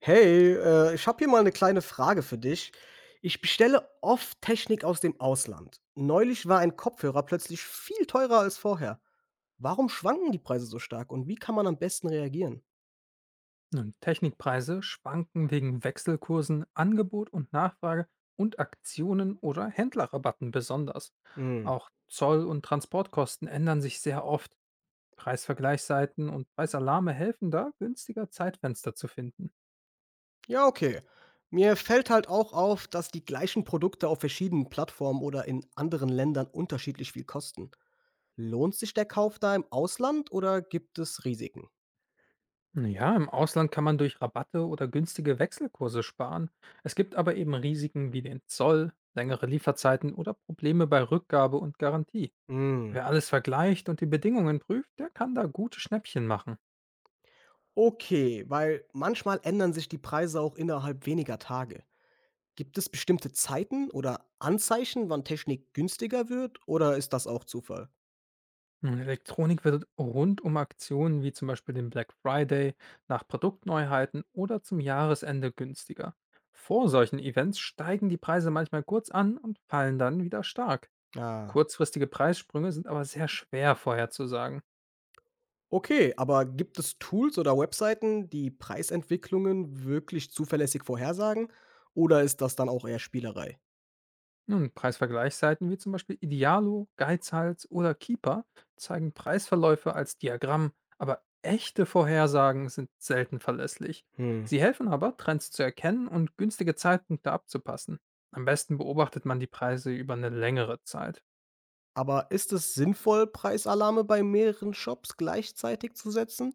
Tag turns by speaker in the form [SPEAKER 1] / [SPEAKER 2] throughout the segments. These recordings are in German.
[SPEAKER 1] Hey, ich habe hier mal eine kleine Frage für dich. Ich bestelle oft Technik aus dem Ausland. Neulich war ein Kopfhörer plötzlich viel teurer als vorher. Warum schwanken die Preise so stark und wie kann man am besten reagieren?
[SPEAKER 2] Nun, Technikpreise schwanken wegen Wechselkursen, Angebot und Nachfrage und Aktionen oder Händlerrabatten besonders.
[SPEAKER 1] Hm,
[SPEAKER 2] Auch Zoll- und Transportkosten ändern sich sehr oft. Preisvergleichsseiten und Preisalarme helfen da, günstiger Zeitfenster zu finden.
[SPEAKER 1] ja, okay. Mir fällt halt auch auf, dass die gleichen Produkte auf verschiedenen Plattformen oder in anderen Ländern unterschiedlich viel kosten. Lohnt sich der Kauf da im Ausland oder gibt es Risiken?
[SPEAKER 2] Ja, im Ausland kann man durch Rabatte oder günstige Wechselkurse sparen. Es gibt aber eben Risiken wie den Zoll, längere Lieferzeiten oder Probleme bei Rückgabe und Garantie.
[SPEAKER 1] Hm,
[SPEAKER 2] Wer alles vergleicht und die Bedingungen prüft, der kann da gute Schnäppchen machen.
[SPEAKER 1] okay, weil manchmal ändern sich die Preise auch innerhalb weniger Tage. Gibt es bestimmte Zeiten oder Anzeichen, wann Technik günstiger wird, oder ist das auch Zufall?
[SPEAKER 2] Nun, Elektronik wird rund um Aktionen wie zum Beispiel den Black Friday, nach Produktneuheiten oder zum Jahresende günstiger. Vor solchen Events steigen die Preise manchmal kurz an und fallen dann wieder stark.
[SPEAKER 1] Ah.
[SPEAKER 2] Kurzfristige Preissprünge sind aber sehr schwer vorherzusagen.
[SPEAKER 1] Okay, aber gibt es Tools oder Webseiten, die Preisentwicklungen wirklich zuverlässig vorhersagen, oder ist das dann auch eher Spielerei?
[SPEAKER 2] Nun, Preisvergleichsseiten wie zum Beispiel Idealo, Geizhals oder Keeper zeigen Preisverläufe als Diagramm, aber echte Vorhersagen sind selten verlässlich.
[SPEAKER 1] Hm.
[SPEAKER 2] Sie helfen aber, Trends zu erkennen und günstige Zeitpunkte abzupassen. Am besten beobachtet man die Preise über eine längere Zeit.
[SPEAKER 1] Aber ist es sinnvoll, Preisalarme bei mehreren Shops gleichzeitig zu setzen,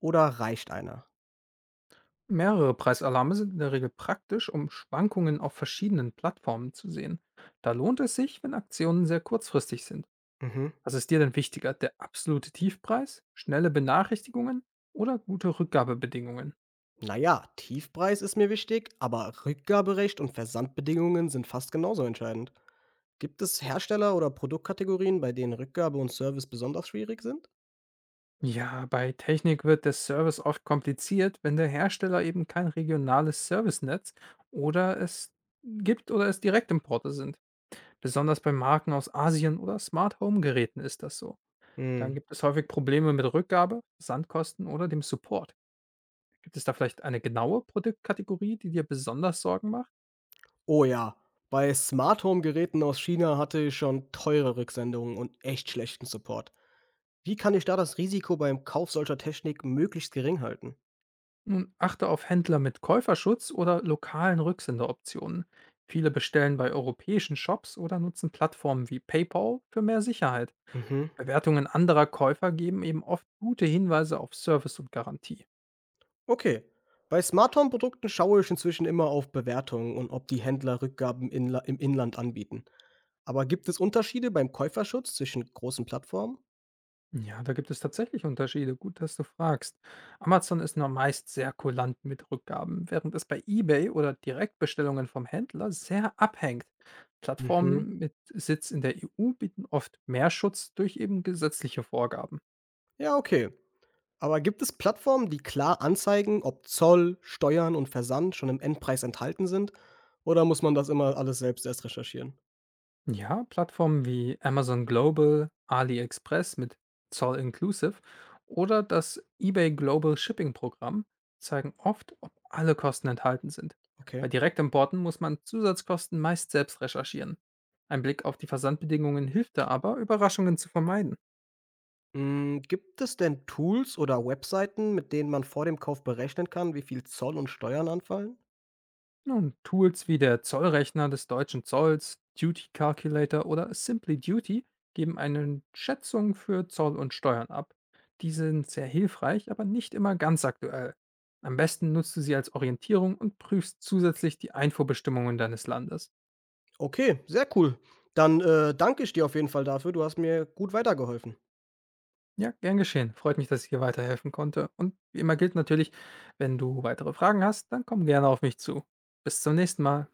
[SPEAKER 1] oder reicht einer?
[SPEAKER 2] Mehrere Preisalarme sind in der Regel praktisch, um Schwankungen auf verschiedenen Plattformen zu sehen. Da lohnt es sich, wenn Aktionen sehr kurzfristig sind.
[SPEAKER 1] Mhm.
[SPEAKER 2] Was ist dir denn wichtiger, der absolute Tiefpreis, schnelle Benachrichtigungen oder gute Rückgabebedingungen?
[SPEAKER 1] Naja, Tiefpreis ist mir wichtig, aber Rückgaberecht und Versandbedingungen sind fast genauso entscheidend. Gibt es Hersteller oder Produktkategorien, bei denen Rückgabe und Service besonders schwierig sind?
[SPEAKER 2] Ja, bei Technik wird der Service oft kompliziert, wenn der Hersteller eben kein regionales Servicenetz oder es oder es Direktimporte sind. Besonders bei Marken aus Asien oder Smart Home Geräten ist das so. Dann
[SPEAKER 1] Hm.
[SPEAKER 2] gibt es häufig Probleme mit Rückgabe, Sandkosten oder dem Support. Gibt es da vielleicht eine genaue Produktkategorie, die dir besonders Sorgen macht?
[SPEAKER 1] Oh ja, bei Smart Home Geräten aus China hatte ich schon teure Rücksendungen und echt schlechten Support. Wie kann ich da das Risiko beim Kauf solcher Technik möglichst gering halten?
[SPEAKER 2] Nun achte auf Händler mit Käuferschutz oder lokalen Rücksenderoptionen. Viele bestellen bei europäischen Shops oder nutzen Plattformen wie PayPal für mehr Sicherheit.
[SPEAKER 1] Mhm.
[SPEAKER 2] Bewertungen anderer Käufer geben eben oft gute Hinweise auf Service und Garantie.
[SPEAKER 1] Okay. Bei Smart Home Produkten schaue ich inzwischen immer auf Bewertungen und ob die Händler Rückgaben im Inland anbieten. Aber gibt es Unterschiede beim Käuferschutz zwischen großen Plattformen?
[SPEAKER 2] Ja, da gibt es tatsächlich Unterschiede. Gut, dass du fragst. Amazon ist nur meist sehr kulant mit Rückgaben, während es bei eBay oder Direktbestellungen vom Händler sehr abhängt.
[SPEAKER 1] Mhm.
[SPEAKER 2] Plattformen mit Sitz in der EU bieten oft mehr Schutz durch eben gesetzliche Vorgaben.
[SPEAKER 1] Ja, okay. Aber gibt es Plattformen, die klar anzeigen, ob Zoll, Steuern und Versand schon im Endpreis enthalten sind? Oder muss man das immer alles selbst erst recherchieren?
[SPEAKER 2] Ja, Plattformen wie Amazon Global, AliExpress mit Zoll Inclusive oder das eBay Global Shipping Programm zeigen oft, ob alle Kosten enthalten sind.
[SPEAKER 1] Okay.
[SPEAKER 2] Bei Direktimporten muss man Zusatzkosten meist selbst recherchieren. Ein Blick auf die Versandbedingungen hilft da aber, Überraschungen zu vermeiden.
[SPEAKER 1] Hm, gibt es denn Tools oder Webseiten, mit denen man vor dem Kauf berechnen kann, wie viel Zoll und Steuern anfallen?
[SPEAKER 2] Nun, Tools wie der Zollrechner des deutschen Zolls, Duty Calculator oder Simply Duty geben eine Schätzung für Zoll und Steuern ab. Die sind sehr hilfreich, aber nicht immer ganz aktuell. Am besten nutzt du sie als Orientierung und prüfst zusätzlich die Einfuhrbestimmungen deines Landes.
[SPEAKER 1] Okay, sehr cool. Dann, danke ich dir auf jeden Fall dafür. Du hast mir gut weitergeholfen.
[SPEAKER 2] Ja, gern geschehen. Freut mich, dass ich dir weiterhelfen konnte. Und wie immer gilt natürlich, wenn du weitere Fragen hast, dann komm gerne auf mich zu. Bis zum nächsten Mal.